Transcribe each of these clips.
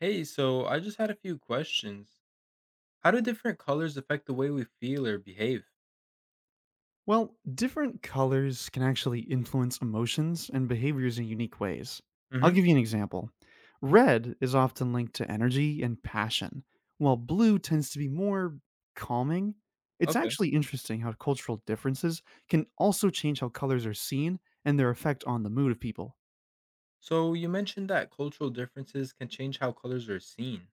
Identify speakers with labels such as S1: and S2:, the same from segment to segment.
S1: Hey, so I just had a few questions. How do different colors affect the way we feel or behave?
S2: Well, different colors can actually influence emotions and behaviors in unique ways. I'll
S1: Hmm.
S2: give you an example. Red is often linked to energy and passion, while blue tends to be more calming. It's
S1: Okay.
S2: actually interesting how cultural differences can also change how colors are seen and their effect on the mood of people.
S1: So, you mentioned that cultural differences can change how colors are seen.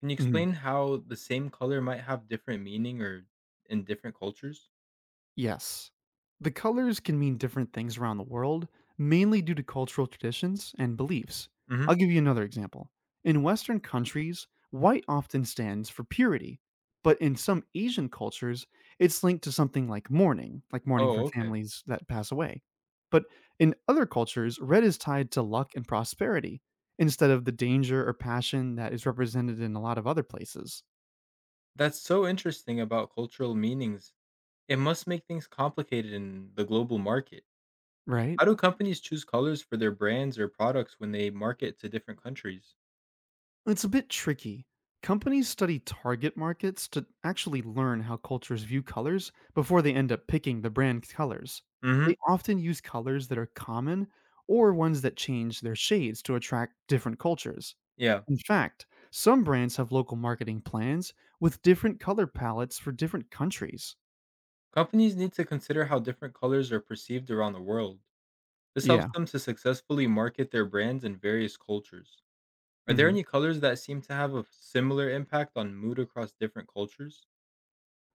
S1: Can you
S2: Mhm.
S1: explain how the same color might have different meaning or in different cultures?
S2: Yes. The colors can mean different things around the world, mainly due to cultural traditions and beliefs.
S1: Hmm.
S2: I'll give you another example. In Western countries, white often stands for purity, but in some Asian cultures, it's linked to something like mourning for
S1: Oh, okay.
S2: families that pass away. But in other cultures, red is tied to luck and prosperity instead of the danger or passion that is represented in a lot of other places,
S1: That's so interesting about cultural meanings. It must make things complicated in the global market.
S2: right?
S1: How do companies choose colors for their brands or products when they market to different countries?
S2: It's a bit tricky. Companies study target markets to actually learn how cultures view colors before they end up picking the brand colors. They
S1: Hmm.
S2: often use colors that are common or ones that change their shades to attract different cultures.
S1: Yeah.
S2: In fact, some brands have local marketing plans with different color palettes for different countries.
S1: Companies need to consider how different colors are perceived around the world. This helps
S2: Yeah.
S1: them to successfully market their brands in various cultures. Are there
S2: Mhm.
S1: any colors that seem to have a similar impact on mood across different cultures?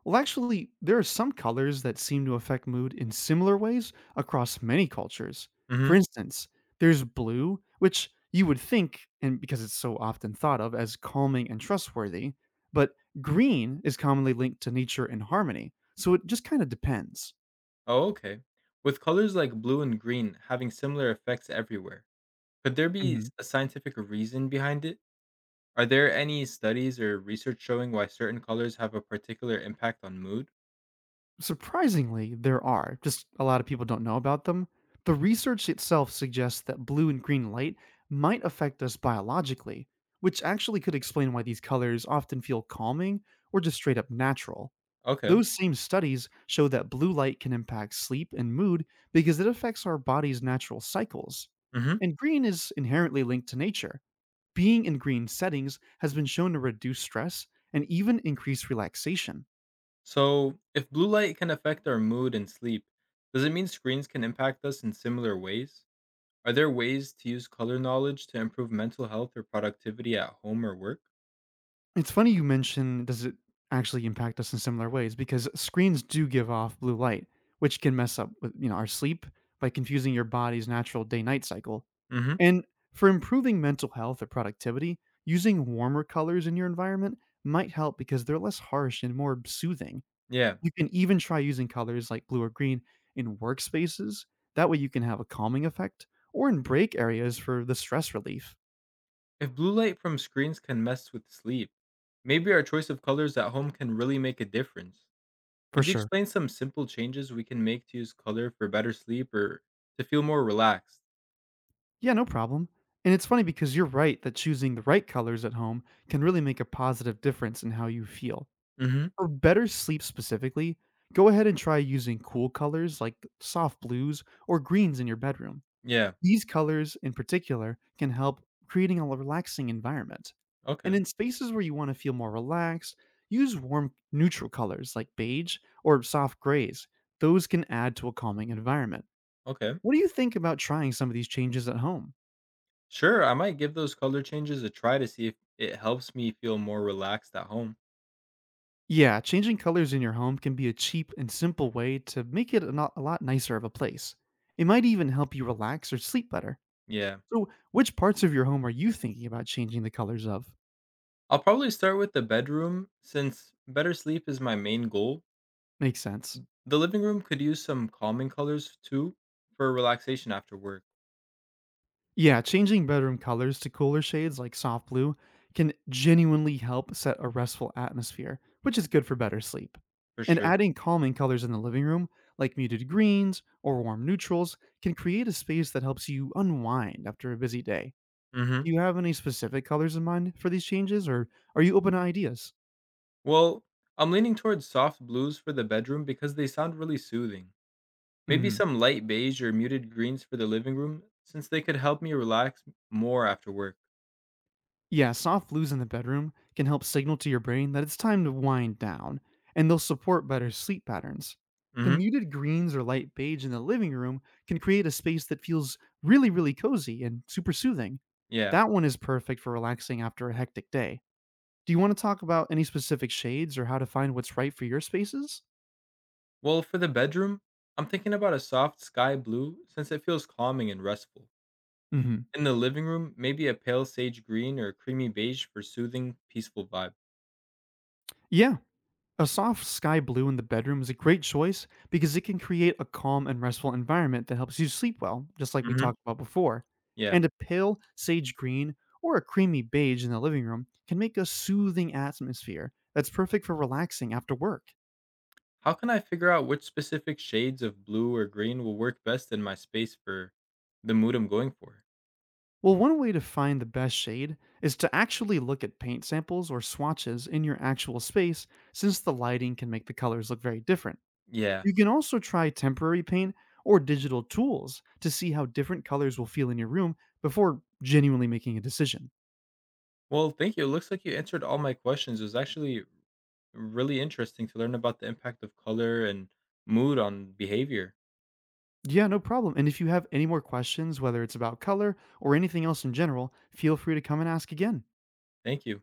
S2: Well, actually, there are some colors that seem to affect mood in similar ways across many cultures.
S1: Hmm.
S2: For instance, there's blue, which you would think, and because it's so often thought of as calming and trustworthy, but green is commonly linked to nature and harmony, so it just kind of depends.
S1: Oh, okay. With colors like blue and green having similar effects everywhere, could there be a scientific reason behind it? Are there any studies or research showing why certain colors have a particular impact on mood?
S2: Surprisingly, there are, just a lot of people don't know about them. The research itself suggests that blue and green light might affect us biologically, which actually could explain why these colors often feel calming or just straight up natural.
S1: Okay.
S2: Those same studies show that blue light can impact sleep and mood because it affects our body's natural cycles.
S1: Mm-hmm.
S2: And green is inherently linked to nature. Being in green settings has been shown to reduce stress and even increase relaxation.
S1: So, if blue light can affect our mood and sleep, does it mean screens can impact us in similar ways? Are there ways to use color knowledge to improve mental health or productivity at home or work?
S2: It's funny you mention does it actually impact us in similar ways because screens do give off blue light, which can mess up with our sleep by confusing your body's natural day-night cycle.
S1: Hmm.
S2: And for improving mental health or productivity, using warmer colors in your environment might help because they're less harsh and more soothing.
S1: Yeah.
S2: You can even try using colors like blue or green in workspaces. That way you can have a calming effect or in break areas for the stress relief.
S1: If blue light from screens can mess with sleep, maybe our choice of colors at home can really make a difference.
S2: For
S1: Could you
S2: sure.
S1: explain some simple changes we can make to use color for better sleep or to feel more relaxed?
S2: Yeah, no problem. And it's funny because you're right that choosing the right colors at home can really make a positive difference in how you feel.
S1: Hmm.
S2: For better sleep specifically, go ahead and try using cool colors like soft blues or greens in your bedroom.
S1: Yeah.
S2: These colors, in particular, can help creating a relaxing environment. And
S1: Okay.
S2: in spaces where you want to feel more relaxed, use warm, neutral colors like beige or soft grays. Those can add to a calming environment.
S1: Okay.
S2: What do you think about trying some of these changes at home?
S1: Sure, I might give those color changes a try to see if it helps me feel more relaxed at home.
S2: Yeah, changing colors in your home can be a cheap and simple way to make it a a lot nicer of a place. It might even help you relax or sleep better.
S1: Yeah.
S2: So, which parts of your home are you thinking about changing the colors of?
S1: I'll probably start with the bedroom since better sleep is my main goal.
S2: Makes sense.
S1: The living room could use some calming colors too for relaxation after work,
S2: Yeah, changing bedroom colors to cooler shades like soft blue can genuinely help set a restful atmosphere, which is good for better sleep.
S1: for
S2: And
S1: sure.
S2: adding calming colors in the living room, like muted greens or warm neutrals, can create a space that helps you unwind after a busy day.
S1: Mhm.
S2: Do you have any specific colors in mind for these changes, or are you open to ideas?
S1: Well, I'm leaning towards soft blues for the bedroom because they sound really soothing. Maybe
S2: Mhm.
S1: some light beige or muted greens for the living room since they could help me relax more after work.
S2: Yeah, soft blues in the bedroom can help signal to your brain that it's time to wind down, and they'll support better sleep patterns. The
S1: Mhm.
S2: muted greens or light beige in the living room can create a space that feels really, really cozy and super soothing.
S1: Yeah.
S2: That one is perfect for relaxing after a hectic day. Do you want to talk about any specific shades or how to find what's right for your spaces?
S1: Well, for the bedroom, I'm thinking about a soft sky blue since it feels calming and restful.
S2: Mhm.
S1: In the living room, maybe a pale sage green or creamy beige for soothing, peaceful vibe.
S2: Yeah, a soft sky blue in the bedroom is a great choice because it can create a calm and restful environment that helps you sleep well, just like we
S1: Hmm.
S2: talked about before.
S1: Yeah.
S2: And a pale sage green or a creamy beige in the living room can make a soothing atmosphere that's perfect for relaxing after work.
S1: How can I figure out which specific shades of blue or green will work best in my space for the mood I'm going for?
S2: Well, one way to find the best shade is to actually look at paint samples or swatches in your actual space, since the lighting can make the colors look very different.
S1: Yeah.
S2: You can also try temporary paint or digital tools to see how different colors will feel in your room before genuinely making a decision.
S1: Well, thank you. It looks like you answered all my questions. It was actually really interesting to learn about the impact of color and mood on behavior.
S2: Yeah, no problem. And if you have any more questions, whether it's about color or anything else in general, feel free to come and ask again.
S1: Thank you.